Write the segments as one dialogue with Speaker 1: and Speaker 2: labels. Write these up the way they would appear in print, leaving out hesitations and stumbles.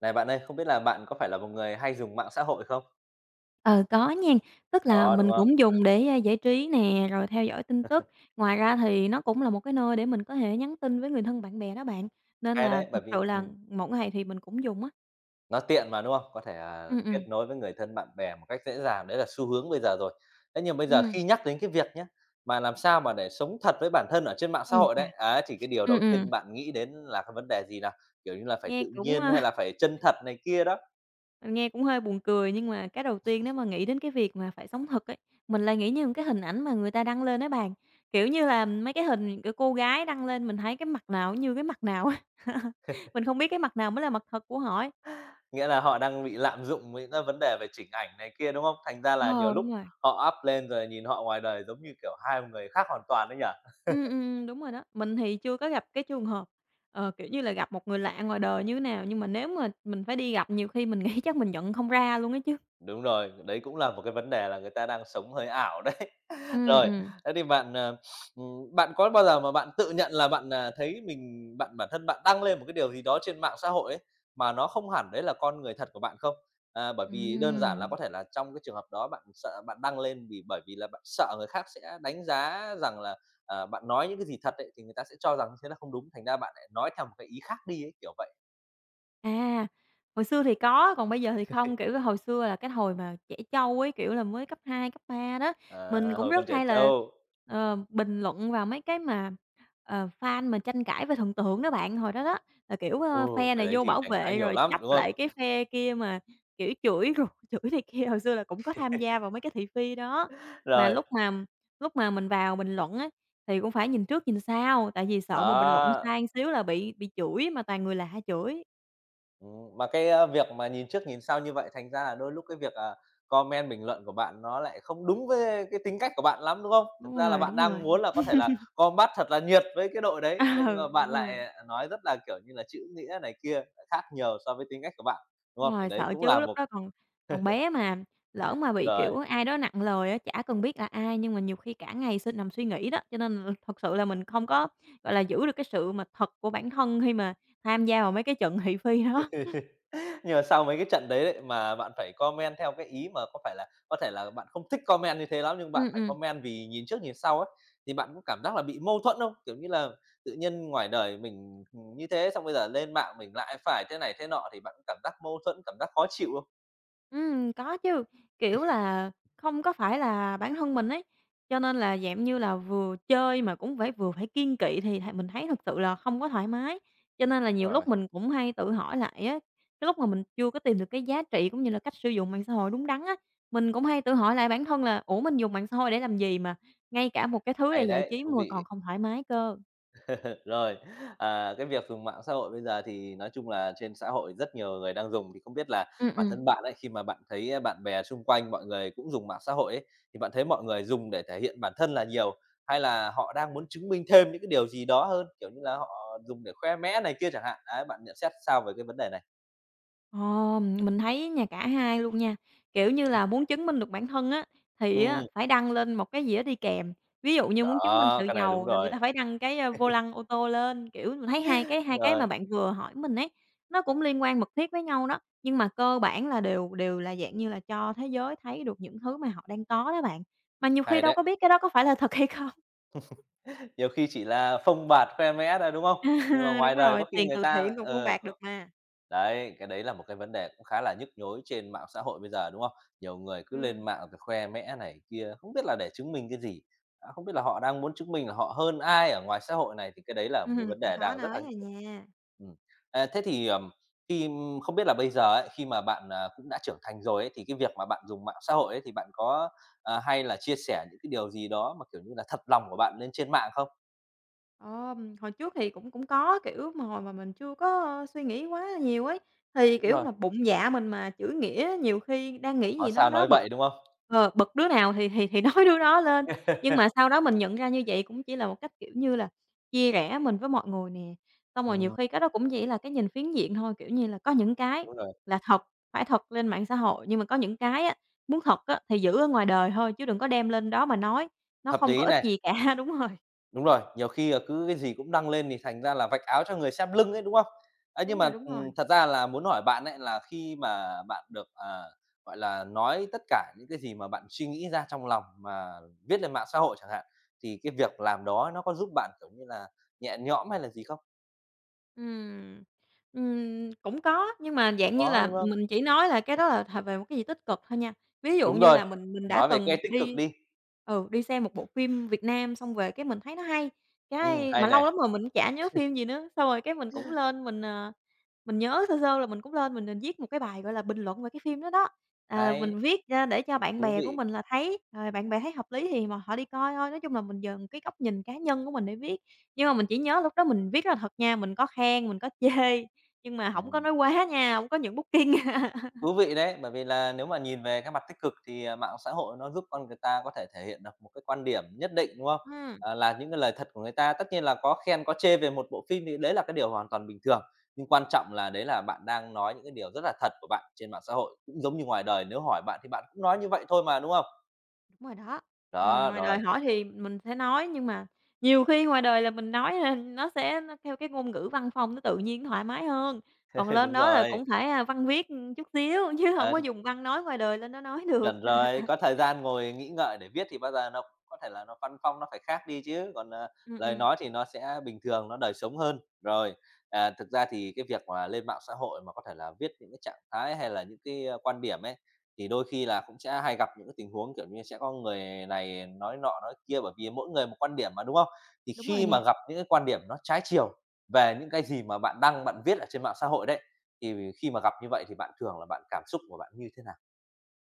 Speaker 1: Này bạn ơi, không biết là bạn có phải là một người hay dùng mạng xã hội không?
Speaker 2: Ờ, có nha, tức là
Speaker 1: Đó, đúng
Speaker 2: mình
Speaker 1: không?
Speaker 2: cũng dùng để, giải trí nè, rồi theo dõi tin tức. Ngoài ra thì nó cũng là một cái nơi để mình có thể nhắn tin với người thân bạn bè đó bạn, nên
Speaker 1: Hay
Speaker 2: là
Speaker 1: đấy, bởi
Speaker 2: thực
Speaker 1: vì
Speaker 2: sự là một ngày thì mình cũng dùng á.
Speaker 1: nó tiện mà, đúng không? Có thể,
Speaker 2: Ừm, ừm,
Speaker 1: kết nối với người thân, bạn bè một cách dễ dàng, đấy là xu hướng bây giờ rồi. Thế nhưng bây giờ
Speaker 2: ừm.
Speaker 1: khi nhắc đến cái việc nhé, mà làm sao mà để sống thật với bản thân ở trên mạng xã
Speaker 2: Ây
Speaker 1: hội
Speaker 2: chà!
Speaker 1: đấy, á, chỉ cái điều
Speaker 2: Ừm,
Speaker 1: đầu
Speaker 2: ừm,
Speaker 1: tiên bạn nghĩ đến là cái vấn đề gì nào? Kiểu như là phải
Speaker 2: nghe
Speaker 1: tự
Speaker 2: cũng,
Speaker 1: nhiên
Speaker 2: ơ,
Speaker 1: hay là phải chân thật này kia đó,
Speaker 2: mình nghe cũng hơi buồn cười, nhưng mà cái đầu tiên nếu mà nghĩ đến cái việc mà phải sống thật ấy, mình lại nghĩ những cái hình ảnh mà người ta đăng lên á bạn, kiểu như là, mấy cái hình, kiểu, cô gái đăng lên mình thấy cái mặt nào cũng như cái mặt nào á. Mình không biết cái mặt nào mới là mặt thật của họ ấy.
Speaker 1: nghĩa là họ đang bị lạm dụng với cái vấn đề về chỉnh ảnh này kia, đúng không? Thành ra là nhiều
Speaker 2: Ờ,
Speaker 1: lúc
Speaker 2: đúng rồi.
Speaker 1: họ up lên rồi nhìn họ ngoài đời giống như, kiểu, hai người khác hoàn toàn đấy nhỉ?
Speaker 2: Đúng rồi đó. Mình thì chưa có gặp cái trường hợp, ờ, kiểu như là, gặp một người lạ ngoài đời như thế nào, nhưng mà nếu mà mình phải đi gặp nhiều khi mình nghĩ chắc mình nhận không ra luôn ấy chứ.
Speaker 1: Đúng rồi, đấy cũng là một cái vấn đề là người ta đang sống hơi ảo đấy.
Speaker 2: Ừm,
Speaker 1: Rồi,
Speaker 2: ừm.
Speaker 1: thế thì bạn, ờ, bạn có bao giờ mà bạn tự nhận là bạn, à, thấy mình bạn bản thân bạn đăng lên một cái điều gì đó trên mạng xã hội ấy, mà nó không hẳn đấy là con người thật của bạn không? À, bởi vì đơn giản là
Speaker 2: Ừm.
Speaker 1: có thể là trong cái trường hợp đó bạn sợ bạn đăng lên bởi vì là bạn sợ người khác sẽ đánh giá rằng là, à, bạn nói những cái gì thật ấy, thì người ta sẽ cho rằng thế là không đúng, thành ra bạn lại nói theo một cái ý khác đi ấy, kiểu vậy.
Speaker 2: À, hồi xưa thì có, còn bây giờ thì không. Kiểu, hồi xưa là cái hồi mà trẻ trâu ấy, kiểu là, mới cấp 2 cấp 3 đó, mình
Speaker 1: À,
Speaker 2: cũng
Speaker 1: hồi còn
Speaker 2: rất
Speaker 1: trẻ
Speaker 2: hay là,
Speaker 1: trâu,
Speaker 2: bình luận vào mấy cái mà, fan mà tranh cãi về thần tượng đó bạn. Hồi đó đó, là, kiểu,
Speaker 1: ừ,
Speaker 2: ơ, phe
Speaker 1: cái
Speaker 2: này
Speaker 1: đấy
Speaker 2: vô
Speaker 1: thì
Speaker 2: bảo
Speaker 1: tranh cãi
Speaker 2: vệ
Speaker 1: nhiều
Speaker 2: rồi
Speaker 1: lắm,
Speaker 2: chấp
Speaker 1: đúng
Speaker 2: lại cái
Speaker 1: không?
Speaker 2: phe kia mà, kiểu, chửi rủa, chửi này kia. Hồi xưa là cũng có tham gia vào mấy cái thị phi đó, mà
Speaker 1: Rồi.
Speaker 2: lúc mà mình vào bình luận á, thì cũng phải nhìn trước nhìn sau, tại vì sợ mà bình luận
Speaker 1: Đó,
Speaker 2: sai xíu là bị chửi, mà toàn người lạ chửi.
Speaker 1: mà cái, a, việc mà nhìn trước nhìn sau như vậy thành ra là đôi lúc cái việc, à, comment bình luận của bạn nó lại không đúng với cái tính cách của bạn lắm, đúng không? Thực
Speaker 2: Đúng
Speaker 1: ra là
Speaker 2: rồi,
Speaker 1: bạn
Speaker 2: đúng
Speaker 1: đang
Speaker 2: rồi.
Speaker 1: muốn là có thể là combat thật là nhiệt với cái đội đấy, thế nhưng mà
Speaker 2: Ừ,
Speaker 1: bạn lại, à, nói rất là, kiểu như là, chữ nghĩa này kia, khác nhiều so với tính cách của bạn, đúng
Speaker 2: đúng
Speaker 1: không? Thì
Speaker 2: rồi,
Speaker 1: đấy
Speaker 2: sợ
Speaker 1: cũng
Speaker 2: chứ
Speaker 1: là
Speaker 2: lúc
Speaker 1: một
Speaker 2: đó còn còn bé mà, lỡ mà bị,
Speaker 1: rồi.
Speaker 2: kiểu, ai đó nặng lời á, chả cần biết là ai nhưng mà nhiều khi cả ngày nằm suy nghĩ đó, cho nên là thật sự là mình không có, gọi là, giữ được cái sự mà thật của bản thân khi mà tham gia vào mấy cái trận thị phi đó.
Speaker 1: Nhưng mà sau mấy cái trận đấy đấy, mà bạn phải comment theo cái ý mà có phải là có thể là bạn không thích comment như thế lắm, nhưng
Speaker 2: ừ
Speaker 1: bạn phải
Speaker 2: ừ
Speaker 1: comment vì nhìn trước nhìn sau ấy, thì bạn có cảm giác là bị mâu thuẫn không? Kiểu như là, tự nhiên ngoài đời mình, như thế, xong bây giờ lên mạng mình lại phải thế này thế nọ thì bạn có cảm giác mâu thuẫn, cảm giác khó chịu không?
Speaker 2: Có chứ, kiểu là, không có phải là bản thân mình ấy, cho nên là dạng như là vừa chơi mà cũng phải vừa phải kiêng kỵ thì mình thấy thực sự là không có thoải mái. Cho nên là
Speaker 1: Đúng
Speaker 2: nhiều
Speaker 1: rồi.
Speaker 2: lúc mình cũng hay tự hỏi lại á, cái lúc mà mình chưa có tìm được cái giá trị cũng như là cách sử dụng mạng xã hội đúng đắn á, mình cũng hay tự hỏi lại bản thân là "Ủa, mình dùng mạng xã hội để làm gì mà ngay cả một cái thứ là
Speaker 1: Hay
Speaker 2: giải
Speaker 1: đấy,
Speaker 2: trí
Speaker 1: thú
Speaker 2: mà còn
Speaker 1: vị.
Speaker 2: không thoải mái cơ?"
Speaker 1: Rồi, à, cái việc dùng mạng xã hội bây giờ thì nói chung là trên xã hội rất nhiều người đang dùng, thì không biết là bản
Speaker 2: Ừm.
Speaker 1: thân bạn ấy, khi mà bạn thấy, à, bạn bè xung quanh mọi người cũng dùng mạng xã hội ấy, thì bạn thấy mọi người dùng để thể hiện bản thân là nhiều, hay là họ đang muốn chứng minh thêm những cái điều gì đó hơn, kiểu như là, họ dùng để khoe mẽ này kia chẳng hạn? Đấy, bạn nhận xét sao về cái vấn đề này?
Speaker 2: Ờ, mình thấy nha, cả hai luôn nha. Kiểu như là, muốn chứng minh được bản thân á, thì á
Speaker 1: Ừ,
Speaker 2: phải đăng lên một cái gì đó đi kèm. Ví dụ như muốn chứng minh
Speaker 1: đó,
Speaker 2: sự
Speaker 1: cái này đúng
Speaker 2: giàu là người
Speaker 1: rồi,
Speaker 2: ta phải đăng cái, vô lăng ô tô lên. Kiểu, mình thấy hai cái
Speaker 1: rồi,
Speaker 2: mà bạn vừa hỏi mình ấy, nó cũng liên quan mật thiết với nhau đó, nhưng mà cơ bản là đều đều là dạng như là cho thế giới thấy được những thứ mà họ đang có đó bạn. Mà nhiều khi
Speaker 1: hay
Speaker 2: đâu
Speaker 1: đấy.
Speaker 2: có biết cái đó có phải là thật hay không.
Speaker 1: Nhiều khi chỉ là phông bạt khoe mẽ thôi, đúng không? Nhưng mà
Speaker 2: đúng
Speaker 1: ngoài đời
Speaker 2: rồi,
Speaker 1: có khi
Speaker 2: tiền
Speaker 1: người
Speaker 2: từ
Speaker 1: ta
Speaker 2: thiện
Speaker 1: lại
Speaker 2: còn không
Speaker 1: ờ,
Speaker 2: bạc được
Speaker 1: có
Speaker 2: mà.
Speaker 1: đấy, cái đấy là một cái vấn đề cũng khá là nhức nhối trên mạng xã hội bây giờ, đúng không? Nhiều người cứ lên
Speaker 2: Ừm,
Speaker 1: mạng rồi khoe mẽ này kia, không biết là để chứng minh cái gì, à, không biết là họ đang muốn chứng minh là họ hơn ai ở ngoài xã hội này, thì cái đấy là một vấn
Speaker 2: cũng
Speaker 1: đề
Speaker 2: khó
Speaker 1: đang rất là
Speaker 2: nói rồi
Speaker 1: nhức.
Speaker 2: nha.
Speaker 1: Ừm. À, thế thì, khi không biết là bây giờ ấy, khi mà bạn, à, cũng đã trưởng thành rồi ấy, thì cái việc mà bạn dùng mạng xã hội ấy, thì bạn có Ờ, hay là chia sẻ những cái điều gì đó mà, kiểu như là, thật lòng của bạn lên trên mạng không?
Speaker 2: Hồi trước thì cũng cũng có, kiểu, mà hồi mà mình chưa có, suy nghĩ quá nhiều ấy, thì,
Speaker 1: Đúng
Speaker 2: kiểu,
Speaker 1: rồi,
Speaker 2: mà bụng dạ mình mà chữ nghĩa nhiều khi đang nghĩ
Speaker 1: "Có
Speaker 2: gì nó
Speaker 1: sao
Speaker 2: đó
Speaker 1: nói
Speaker 2: bực
Speaker 1: vậy", đúng không?
Speaker 2: bực đứa nào thì nói đứa đó lên. Nhưng mà sau đó mình nhận ra như vậy cũng chỉ là một cách, kiểu như là, chia rẽ mình với mọi người nè. Xong rồi nhiều
Speaker 1: Ừm,
Speaker 2: khi cái đó cũng chỉ là cái nhìn phiến diện thôi, kiểu như là, có những cái
Speaker 1: đúng rồi,
Speaker 2: là thật, phải thật lên mạng xã hội, nhưng mà có những cái á, muốn thật á thì giữ ở ngoài đời thôi, chứ đừng có đem lên đó mà nói, nó
Speaker 1: hợp
Speaker 2: không có
Speaker 1: lý
Speaker 2: ích
Speaker 1: này,
Speaker 2: gì cả. Đúng rồi.
Speaker 1: đúng rồi, nhiều khi là cứ cái gì cũng đăng lên thì thành ra là vạch áo cho người xem lưng ấy, đúng không? Ấy,
Speaker 2: Đúng
Speaker 1: nhưng
Speaker 2: rồi,
Speaker 1: mà,
Speaker 2: đúng rồi.
Speaker 1: thật ra là muốn hỏi bạn ấy là khi mà bạn được, à, gọi là, nói tất cả những cái gì mà bạn suy nghĩ ra trong lòng mà viết lên mạng xã hội chẳng hạn, thì cái việc làm đó nó có giúp bạn, kiểu như là, nhẹ nhõm hay là gì không?
Speaker 2: Ừm, cũng có, nhưng mà dạng như
Speaker 1: Có,
Speaker 2: là
Speaker 1: đúng không?
Speaker 2: mình chỉ nói là cái đó là về một cái gì tích cực thôi nha. Ví dụ
Speaker 1: Đúng
Speaker 2: như
Speaker 1: rồi,
Speaker 2: là mình đã
Speaker 1: nói về
Speaker 2: từng
Speaker 1: cái tích cực
Speaker 2: đi
Speaker 1: đi.
Speaker 2: ừ, đi xem một bộ phim Việt Nam xong về cái mình thấy nó hay,
Speaker 1: Ừ,
Speaker 2: cái
Speaker 1: hay
Speaker 2: mà lâu
Speaker 1: này.
Speaker 2: lắm rồi mình cũng chả nhớ phim gì nữa, xong rồi cái mình cũng lên mình, mình nhớ sơ sơ là mình cũng lên mình, viết một cái bài, gọi là, bình luận về cái phim đó đó. À,
Speaker 1: Hay,
Speaker 2: mình viết ra để cho bạn
Speaker 1: thú
Speaker 2: bè của
Speaker 1: vị,
Speaker 2: mình là thấy, rồi bạn bè thấy hợp lý thì mà họ đi coi thôi. Nói chung là mình dùng cái góc nhìn cá nhân của mình để viết. Nhưng mà mình chỉ nhớ lúc đó mình viết rất là thật nha, mình có khen, mình có chê, nhưng mà hổng
Speaker 1: ừm,
Speaker 2: có nói quá nha, hổng có nhận booking.
Speaker 1: thú vị đấy, bởi vì là nếu mà nhìn về cái mặt tích cực thì, à, mạng xã hội nó giúp con người ta có thể thể hiện được một cái quan điểm nhất định, đúng không?
Speaker 2: Ừm,
Speaker 1: Ờ, là những cái lời thật của người ta, tất nhiên là có khen có chê về một bộ phim thì đấy là cái điều hoàn toàn bình thường, nhưng quan trọng là đấy là bạn đang nói những cái điều rất là thật của bạn trên mạng xã hội, cũng giống như ngoài đời nếu hỏi bạn thì bạn cũng nói như vậy thôi mà, đúng không?
Speaker 2: đúng rồi đó.
Speaker 1: Đó,
Speaker 2: Ngoài đời
Speaker 1: rồi,
Speaker 2: hỏi thì mình sẽ nói, nhưng mà nhiều khi ngoài đời là mình nói là nó sẽ nó theo cái ngôn ngữ văn phong nó tự nhiên, nó thoải mái hơn, còn lên
Speaker 1: đúng
Speaker 2: đó là
Speaker 1: rồi,
Speaker 2: cũng phải, à, văn viết chút xíu, chứ hổng
Speaker 1: ờ.
Speaker 2: có dùng văn nói ngoài đời lên đó nói được.
Speaker 1: Chuẩn rồi, có thời gian ngồi nghĩ ngợi để viết thì bao giờ nó có thể là nó văn phong nó phải khác đi chứ, còn, à,
Speaker 2: Ừm,
Speaker 1: lời
Speaker 2: ừm,
Speaker 1: nói thì nó sẽ bình thường, nó đời sống hơn. Rồi, à, thực ra thì cái việc mà lên mạng xã hội mà có thể là viết những cái trạng thái hay là những cái, a, quan điểm ấy, thì đôi khi là cũng sẽ hay gặp những cái tình huống, kiểu như, sẽ có người này nói nọ nói kia bởi vì mỗi người một quan điểm mà, đúng không? Thì
Speaker 2: đúng rồi
Speaker 1: khi
Speaker 2: nè.
Speaker 1: mà gặp những cái quan điểm nó trái chiều về những cái gì mà bạn đăng, bạn viết ở trên mạng xã hội đấy, thì khi mà gặp như vậy thì bạn thường là bạn cảm xúc của bạn như thế nào?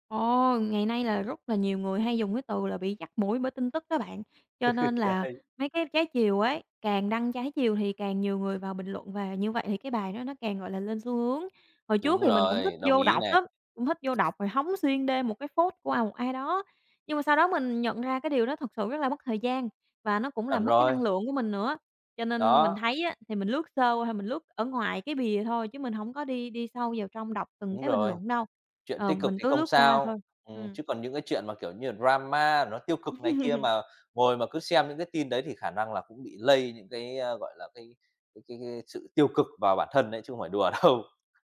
Speaker 2: Ồ, ngày nay là rất là nhiều người hay dùng cái từ là bị dắt mũi bởi tin tức đó bạn. Cho nên là
Speaker 1: Đấy.
Speaker 2: mấy cái trái chiều ấy, càng đăng trái chiều thì càng nhiều người vào bình luận và như vậy thì cái bài đó nó càng, gọi là, lên xu hướng. Hồi trước
Speaker 1: Đúng
Speaker 2: thì mình cũng thích
Speaker 1: rồi, đồng
Speaker 2: vô
Speaker 1: ý
Speaker 2: đọc
Speaker 1: này,
Speaker 2: lắm, cũng thích vô đọc rồi hóng xuyên đêm một cái post của ai đó, nhưng mà sau đó mình nhận ra cái điều đó thật sự rất là mất thời gian và nó cũng làm
Speaker 1: chuẩn
Speaker 2: mất cái
Speaker 1: rồi,
Speaker 2: năng lượng của mình nữa. Cho nên mình
Speaker 1: đó,
Speaker 2: thấy á, thì mình lướt sơ qua thôi, mình lướt ở ngoài cái bìa thôi chứ mình hổng có đi đi sâu vào trong đọc từng
Speaker 1: đúng
Speaker 2: cái bình
Speaker 1: rồi,
Speaker 2: luận đâu.
Speaker 1: chuyện
Speaker 2: Ờ,
Speaker 1: tích cực
Speaker 2: mình
Speaker 1: thì
Speaker 2: cứ
Speaker 1: không
Speaker 2: lướt qua
Speaker 1: sao,
Speaker 2: thôi. Ừm.
Speaker 1: chứ còn những cái chuyện mà, kiểu như là, drama nó tiêu cực này kia mà ngồi mà cứ xem những cái tin đấy thì khả năng là cũng bị lây những cái, a, gọi là, cái sự tiêu cực vào bản thân đấy chứ không phải đùa đâu.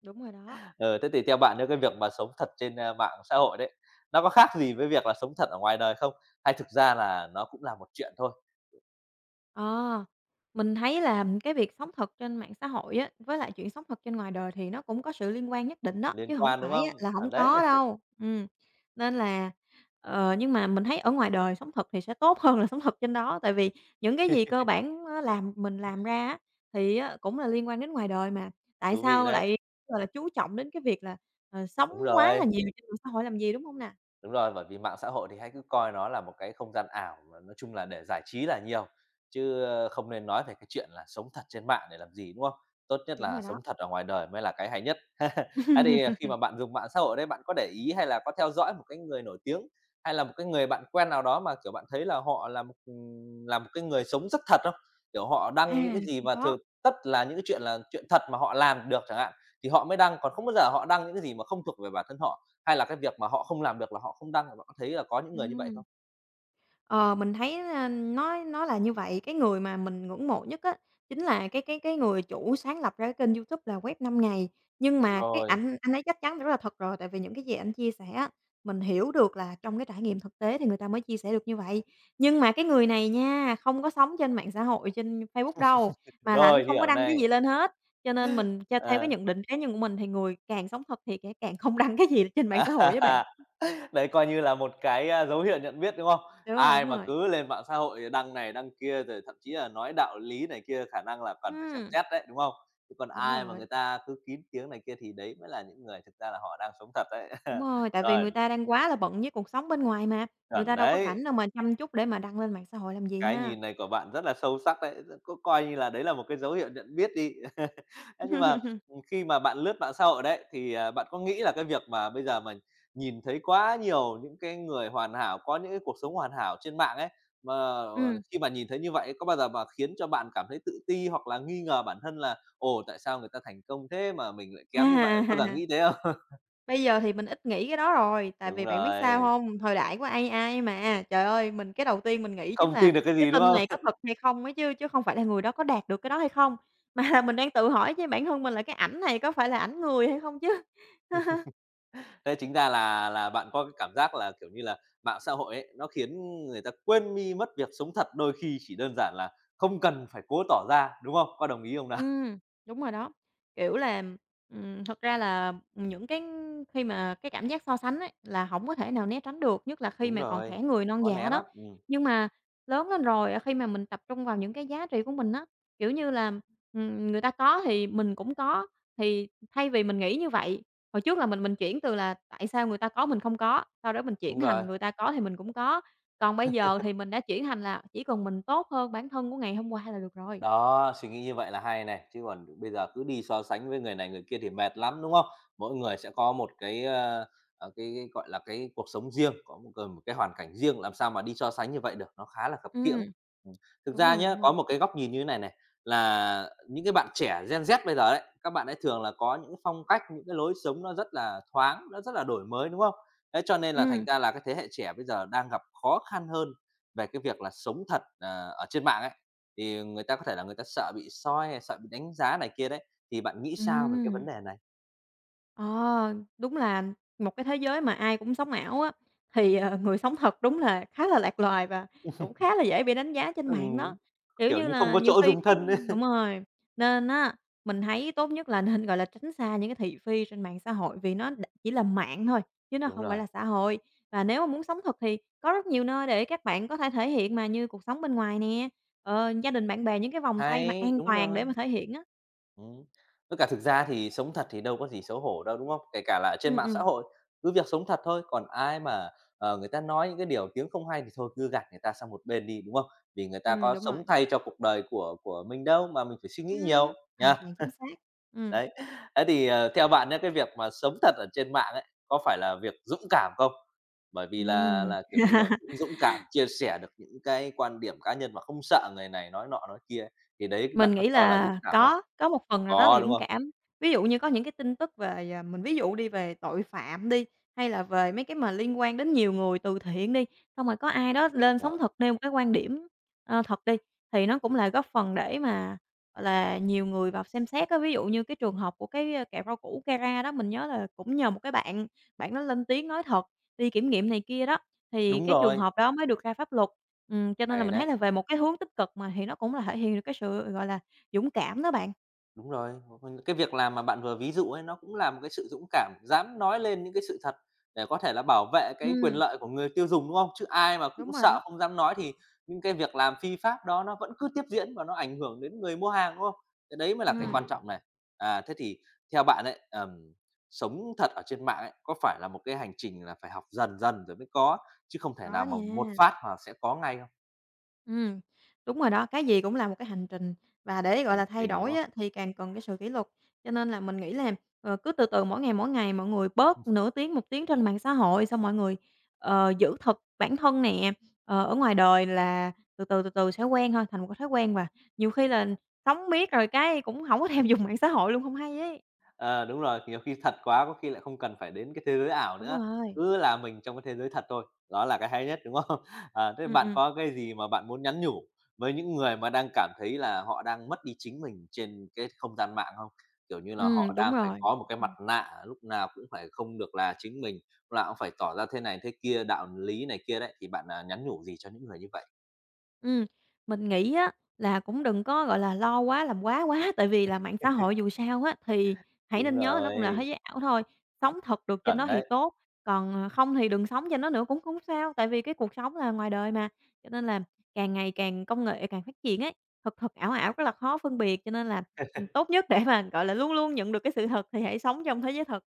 Speaker 2: Đúng rồi đó.
Speaker 1: Ờ, thế thì theo bạn nếu cái việc mà sống thật trên, a, mạng xã hội đấy, nó có khác gì với việc là sống thật ở ngoài đời không? Hay thực ra là nó cũng là một chuyện thôi,
Speaker 2: Ờ, mình thấy là cái việc sống thật trên mạng xã hội á, với lại chuyện sống thật trên ngoài đời thì nó cũng có sự liên quan nhất định đó,
Speaker 1: liên
Speaker 2: chứ không
Speaker 1: quan, đúng
Speaker 2: phải á
Speaker 1: không?
Speaker 2: là không
Speaker 1: Chuẩn đấy,
Speaker 2: có đâu. Nên là ờ, nhưng mà mình thấy ở ngoài đời sống thật thì sẽ tốt hơn là sống thật trên đó, tại vì những cái gì cơ bản á làm mình làm ra á, thì á cũng là liên quan đến ngoài đời mà. Tại
Speaker 1: thú vị
Speaker 2: sao
Speaker 1: đấy,
Speaker 2: lại, gọi là, chú trọng đến cái việc là, ờ, sống
Speaker 1: đúng
Speaker 2: quá là
Speaker 1: rồi.
Speaker 2: nhiều trên mạng xã hội làm gì, đúng không nè?
Speaker 1: Đúng rồi, bởi vì mạng xã hội thì hãy cứ coi nó là một cái không gian ảo mà nói chung là để giải trí là nhiều, chứ, ơ, không nên nói về cái chuyện là sống thật trên mạng để làm gì, đúng không? Tốt nhất
Speaker 2: Đúng
Speaker 1: là
Speaker 2: rồi đó.
Speaker 1: sống thật ở ngoài đời mới là cái hay nhất. Thế thì ờ, khi mà bạn dùng mạng xã hội đấy, bạn có để ý hay là có theo dõi một cái người nổi tiếng, hay là một cái người bạn quen nào đó mà, kiểu, bạn thấy là họ là một cái người sống rất thật không? Kiểu, họ
Speaker 2: À,
Speaker 1: đăng những cái gì
Speaker 2: cũng
Speaker 1: mà
Speaker 2: có.
Speaker 1: thường tất là những cái chuyện là chuyện thật mà họ làm được chẳng hạn, thì họ mới đăng, còn không bao giờ họ đăng những cái gì mà không thuộc về bản thân họ. Hay là cái việc mà họ không làm được là họ không đăng, bạn có thấy là có những người như vậy
Speaker 2: Ừm.
Speaker 1: không?
Speaker 2: Ờ, mình thấy, nó là như vậy. Cái người mà mình ngưỡng mộ nhất á, chính là cái người chủ sáng lập ra cái kênh YouTube là Web 5 Ngày. Nhưng mà cái
Speaker 1: Rồi,
Speaker 2: ảnh anh ấy chắc chắn rất là thật rồi, tại vì những cái gì anh chia sẻ á, mình hiểu được là trong cái trải nghiệm thực tế thì người ta mới chia sẻ được như vậy. Nhưng mà cái người này nha, không có sống trên mạng xã hội, trên Facebook đâu, mà là ảnh
Speaker 1: rồi,
Speaker 2: không có
Speaker 1: hiểu
Speaker 2: đăng cái
Speaker 1: này.
Speaker 2: gì lên hết. Cho nên mình cho theo cái
Speaker 1: Ờ,
Speaker 2: nhận định cá nhân của mình thì người càng sống thật thì kẻ càng không đăng cái gì trên mạng
Speaker 1: à,
Speaker 2: xã hội với bạn.
Speaker 1: đấy coi như là một cái, a, dấu hiệu nhận biết, đúng không?
Speaker 2: Đúng rồi,
Speaker 1: Ai
Speaker 2: đúng
Speaker 1: mà
Speaker 2: rồi.
Speaker 1: cứ lên mạng xã hội đăng này đăng kia, rồi thậm chí là nói đạo lý này kia, khả năng là cần phải xem
Speaker 2: Ừm,
Speaker 1: xét đấy, đúng không? Chứ còn
Speaker 2: đúng
Speaker 1: ai mà
Speaker 2: rồi.
Speaker 1: người ta cứ kín tiếng này kia thì đấy mới là những người thực ra là họ đang sống thật đấy.
Speaker 2: Đúng rồi, tại vì
Speaker 1: Rồi,
Speaker 2: người ta đang quá là bận với cuộc sống bên ngoài mà, người
Speaker 1: chuẩn
Speaker 2: ta đâu có
Speaker 1: đấy.
Speaker 2: rảnh đâu mà chăm chút để mà đăng lên mạng xã hội làm gì
Speaker 1: Cái
Speaker 2: ha.
Speaker 1: nhìn này của bạn rất là sâu sắc đấy, cứ coi như là đấy là một cái dấu hiệu nhận biết đi. Thế nhưng mà, khi mà bạn lướt mạng xã hội đấy, thì, bạn có nghĩ là cái việc mà bây giờ mình nhìn thấy quá nhiều những cái người hoàn hảo, có những cái cuộc sống hoàn hảo trên mạng ấy, mà,
Speaker 2: Ừm,
Speaker 1: khi mà nhìn thấy như vậy có bao giờ mà khiến cho bạn cảm thấy tự ti hoặc là nghi ngờ bản thân là "Ồ, tại sao người ta thành công thế mà mình lại
Speaker 2: à,
Speaker 1: kém như vậy?" Có bao giờ nghĩ thế không?
Speaker 2: bây giờ thì mình ít nghĩ cái đó rồi, tại
Speaker 1: Đúng
Speaker 2: vì bạn biết sao
Speaker 1: rồi,
Speaker 2: không? Thời đại của AI mà, trời ơi, mình cái đầu tiên mình nghĩ chính
Speaker 1: không
Speaker 2: là
Speaker 1: tin được cái
Speaker 2: cái
Speaker 1: gì, đúng
Speaker 2: tin này có
Speaker 1: không?
Speaker 2: thật hay không ấy chứ, chứ không phải là người đó có đạt được cái đó hay không, mà là mình đang tự hỏi với bản thân mình là cái ảnh này có phải là ảnh người hay không chứ.
Speaker 1: Thế chính ra là bạn có cái cảm giác là, kiểu như là, mạng xã hội ấy, nó khiến người ta quên đi mất việc sống thật, đôi khi chỉ đơn giản là không cần phải cố tỏ ra, đúng không? Có đồng ý không nào?
Speaker 2: Ừm, đúng rồi đó. Kiểu là, thật ra là những cái khi mà cái cảm giác so sánh ấy, là hổng có thể nào né tránh được, nhất là khi
Speaker 1: Đúng
Speaker 2: mà còn
Speaker 1: rồi,
Speaker 2: trẻ người non
Speaker 1: khó
Speaker 2: dạ
Speaker 1: né
Speaker 2: đó.
Speaker 1: lắm,
Speaker 2: Nhưng mà lớn lên rồi, à, khi mà mình tập trung vào những cái giá trị của mình á, kiểu như là, người ta có thì mình cũng có, thì thay vì mình nghĩ như vậy, hồi trước là mình chuyển từ là tại sao người ta có mình không có, sau đó mình chuyển
Speaker 1: đúng rồi.
Speaker 2: thành người ta có thì mình cũng có. Còn bây giờ thì mình đã chuyển thành là chỉ cần mình tốt hơn bản thân của ngày hôm qua là được rồi.
Speaker 1: Đó, suy nghĩ như vậy là hay này, chứ còn bây giờ cứ đi so sánh với người này người kia thì mệt lắm, đúng không? Mỗi người sẽ có một cái, cái, gọi là, cái cuộc sống riêng, có một cần một cái hoàn cảnh riêng, làm sao mà đi so sánh như vậy được, nó khá là khập
Speaker 2: Ừm.
Speaker 1: khiễng. Ừm, thực
Speaker 2: Đúng
Speaker 1: ra
Speaker 2: rồi,
Speaker 1: nhé,
Speaker 2: đúng
Speaker 1: có
Speaker 2: rồi.
Speaker 1: một cái góc nhìn như thế này này, là những cái bạn trẻ Gen Z bây giờ đấy, các bạn ấy thường là có những cái phong cách, những cái lối sống nó rất là thoáng, nó rất là đổi mới, đúng không? Thế cho nên là thành
Speaker 2: Ừm,
Speaker 1: ra là cái thế hệ trẻ bây giờ đang gặp khó khăn hơn về cái việc là sống thật, ở trên mạng ấy. Thì người ta có thể là người ta sợ bị soi hay sợ bị đánh giá này kia đấy, thì bạn nghĩ sao về cái
Speaker 2: ừm.
Speaker 1: vấn đề này?
Speaker 2: Ờ, đúng là một cái thế giới mà ai cũng sống ảo á, thì, ờ, người sống thật đúng là khá là lạc loài và cũng khá là dễ bị đánh giá trên mạng đó.
Speaker 1: Ừm,
Speaker 2: Kiểu
Speaker 1: kiểu
Speaker 2: như
Speaker 1: như không
Speaker 2: là,
Speaker 1: có
Speaker 2: nhiều
Speaker 1: chỗ
Speaker 2: khi
Speaker 1: dung
Speaker 2: cái
Speaker 1: thân ấy.
Speaker 2: đúng rồi, nên á, mình thấy tốt nhất là nên, gọi là, tránh xa những cái thị phi trên mạng xã hội vì nó đ chỉ là mạng thôi, chứ nó
Speaker 1: Đúng
Speaker 2: không phải
Speaker 1: rồi,
Speaker 2: là xã hội. Và nếu mà muốn sống thật thì có rất nhiều nơi để các bạn có thể thể hiện mà, như cuộc sống bên ngoài nè, ờ, gia đình, bạn bè, những cái vòng tay mà
Speaker 1: hay,
Speaker 2: an
Speaker 1: đúng
Speaker 2: toàn để mà
Speaker 1: rồi.
Speaker 2: thể hiện á.
Speaker 1: Ừm, với cả thực ra thì sống thật thì đâu có gì xấu hổ đâu, đúng không? Kể cả là ở trên
Speaker 2: Ừm,
Speaker 1: mạng
Speaker 2: ừm.
Speaker 1: xã hội, cứ việc sống thật thôi, còn ai mà, người ta nói những cái điều tiếng không hay thì thôi cứ gạt người ta sang một bên đi, đúng không? Vì người ta có
Speaker 2: Đúng rồi.
Speaker 1: sống thay cho cuộc đời của mình đâu mà mình phải suy nghĩ
Speaker 2: Ừm.
Speaker 1: nhiều,
Speaker 2: Hoàn
Speaker 1: nhá.
Speaker 2: toàn chính xác. Ừm.
Speaker 1: Đấy, thế thì, theo bạn nhé cái việc mà sống thật ở trên mạng ấy, có phải là việc dũng cảm không? Bởi vì là
Speaker 2: Ừm.
Speaker 1: là, kiểu như là, cũng dũng cảm chia sẻ được những cái quan điểm cá nhân mà không sợ người này nói nọ nói kia, thì đấy
Speaker 2: Mình
Speaker 1: bạn có
Speaker 2: nghĩ
Speaker 1: cho là
Speaker 2: là
Speaker 1: dũng cảm không?
Speaker 2: có một phần nào đó là
Speaker 1: Có, đúng
Speaker 2: dũng
Speaker 1: không?
Speaker 2: cảm. Ví dụ như có những cái tin tức về, à, mình ví dụ đi, về tội phạm đi, hay là về mấy cái mà liên quan đến nhiều người từ thiện đi, xong rồi có ai đó
Speaker 1: Đúng
Speaker 2: lên sóng
Speaker 1: rồi,
Speaker 2: thật nêu một cái quan điểm, ờ, thật đi, thì nó cũng là góp phần để mà, gọi là, nhiều người vào xem xét á. Ví dụ như cái trường hợp của cái, a, kẹo rau củ Cara đó, mình nhớ là cũng nhờ một cái bạn, bạn đó lên tiếng nói thật, đi kiểm nghiệm này kia đó. Thì
Speaker 1: đúng
Speaker 2: cái trường
Speaker 1: rồi,
Speaker 2: hợp đó mới được ra pháp luật. Cho nên là
Speaker 1: hay
Speaker 2: mình thấy
Speaker 1: đấy.
Speaker 2: là về một cái hướng tích cực mà thì nó cũng là thể hiện được cái sự, gọi là, dũng cảm đó bạn.
Speaker 1: Đúng rồi, cái việc làm mà bạn vừa ví dụ ấy, nó cũng là một cái sự dũng cảm, dám nói lên những cái sự thật để có thể là bảo vệ cái quyền
Speaker 2: Ừm.
Speaker 1: lợi của người tiêu dùng, đúng không? Chứ ai mà
Speaker 2: Đúng
Speaker 1: cũng
Speaker 2: rồi
Speaker 1: sợ
Speaker 2: đó.
Speaker 1: không dám nói thì những cái việc làm phi pháp đó nó vẫn cứ tiếp diễn và nó ảnh hưởng đến người mua hàng, đúng không? Cái đấy mới là cái
Speaker 2: Ừm.
Speaker 1: quan trọng này. À, thế thì theo bạn ấy, sống thật ở trên mạng ấy, có phải là một cái hành trình là phải học dần dần rồi mới có, chứ không thể
Speaker 2: Có
Speaker 1: nào mà một
Speaker 2: nha.
Speaker 1: phát mà sẽ có ngay không?
Speaker 2: Ừm, đúng rồi đó, cái gì cũng là một cái hành trình và để, gọi
Speaker 1: Hành
Speaker 2: là, thay
Speaker 1: trình, đúng
Speaker 2: đổi
Speaker 1: không?
Speaker 2: á, thì càng cần cái sự kỷ luật. Cho nên là mình nghĩ là, ờ, cứ từ từ mỗi ngày mọi người bớt nửa tiếng, một tiếng trên mạng xã hội, xong mọi người, ờ, giữ thật bản thân nè, ờ, ở ngoài đời là từ từ, từ từ sẽ quen thôi, thành một cái thói quen và nhiều khi là sống miết rồi cái cũng không có thèm dùng mạng xã hội luôn, không hay ấy.
Speaker 1: Ờ, đúng rồi, nhiều khi thật quá có khi lại không cần phải đến cái thế giới ảo
Speaker 2: Đúng
Speaker 1: nữa,
Speaker 2: rồi,
Speaker 1: cứ là mình trong cái thế giới thật thôi, đó là cái hay nhất, đúng không? Ờ, thế
Speaker 2: ừm,
Speaker 1: bạn
Speaker 2: ừm,
Speaker 1: có cái gì mà bạn muốn nhắn nhủ với những người mà đang cảm thấy là họ đang mất đi chính mình trên cái không gian mạng không? Kiểu như là họ
Speaker 2: đúng
Speaker 1: đang phải
Speaker 2: rồi.
Speaker 1: có một cái mặt
Speaker 2: Ừm.
Speaker 1: nạ lúc nào cũng phải không được là chính mình, lúc nào cũng phải tỏ ra thế này thế kia, đạo lý này kia đấy, thì bạn, nhắn nhủ gì cho những người như vậy?
Speaker 2: Ừm, mình nghĩ á là cũng đừng có, gọi là, lo quá, làm quá quá, tại vì là mạng xã hội dù sao á thì hãy
Speaker 1: Đúng
Speaker 2: nên nhớ là nó cũng là thế
Speaker 1: rồi,
Speaker 2: giới ảo thôi, sống thật được trên nó
Speaker 1: chuẩn
Speaker 2: thì
Speaker 1: đấy.
Speaker 2: tốt, còn, ờ, không thì đừng sống trên nó nữa cũng không sao, tại vì cái cuộc sống là ngoài đời mà. Cho nên là càng ngày càng công nghệ càng phát triển ấy, thật thật, ảo ảo rất là khó phân biệt, cho nên là, tốt nhất để mà, gọi là, luôn luôn nhận được cái sự thật thì hãy sống trong thế giới thật.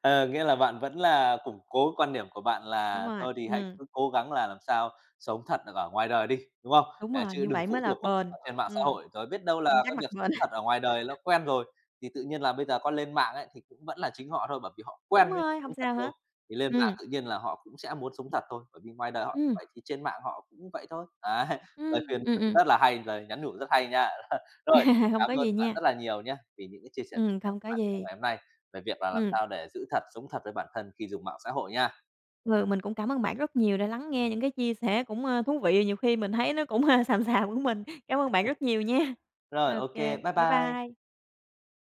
Speaker 1: Ờ, nghĩa là bạn vẫn là củng cố quan điểm của bạn
Speaker 2: Đúng
Speaker 1: là
Speaker 2: rồi,
Speaker 1: thôi thì hãy
Speaker 2: ừm,
Speaker 1: cứ cố gắng là làm sao sống thật được ở ngoài đời đi, đúng không?
Speaker 2: đúng
Speaker 1: À,
Speaker 2: rồi,
Speaker 1: chứ
Speaker 2: như
Speaker 1: đừng
Speaker 2: vậy mới
Speaker 1: phụ
Speaker 2: là
Speaker 1: thuộc quá
Speaker 2: bền.
Speaker 1: ở trên mạng xã
Speaker 2: Ừm,
Speaker 1: hội, rồi biết đâu
Speaker 2: ăn
Speaker 1: là
Speaker 2: chắc
Speaker 1: cái
Speaker 2: mặc
Speaker 1: việc sống
Speaker 2: bền.
Speaker 1: thật ở ngoài đời nó quen rồi, thì tự nhiên là bây giờ có lên mạng ấy, thì cũng vẫn là chính họ thôi, bởi vì họ quen
Speaker 2: Đúng
Speaker 1: với việc
Speaker 2: rồi, hông
Speaker 1: sống thật
Speaker 2: sao
Speaker 1: rồi,
Speaker 2: hết.
Speaker 1: thì lên mạng
Speaker 2: Ừm,
Speaker 1: tự nhiên là họ cũng sẽ muốn sống thật thôi, bởi vì ngoài đời họ cũng
Speaker 2: ừm.
Speaker 1: vậy thì trên mạng họ cũng vậy thôi. Đấy, lời
Speaker 2: Ừm,
Speaker 1: khuyên
Speaker 2: ừm, ừm.
Speaker 1: rất là hay, lời nhắn nhủ rất hay nha. Rồi,
Speaker 2: Hông
Speaker 1: cảm
Speaker 2: có
Speaker 1: ơn
Speaker 2: gì
Speaker 1: bạn
Speaker 2: nha.
Speaker 1: rất là nhiều nhé vì những cái chia sẻ rất hay
Speaker 2: Không
Speaker 1: của
Speaker 2: có
Speaker 1: bạn trong
Speaker 2: gì.
Speaker 1: ngày hôm nay về việc là làm
Speaker 2: Ừm,
Speaker 1: sao để giữ thật, sống thật với bản thân khi dùng mạng xã hội nha.
Speaker 2: ừ, mình cũng cảm ơn bạn rất nhiều đã lắng nghe những cái chia sẻ cũng, ơ, thú vị, nhiều khi mình thấy nó cũng, a, xàm xàm của mình. Cảm ơn bạn rất nhiều nha.
Speaker 1: Rồi,
Speaker 2: OK,
Speaker 1: ok bye
Speaker 2: bye
Speaker 1: bye.
Speaker 2: bye.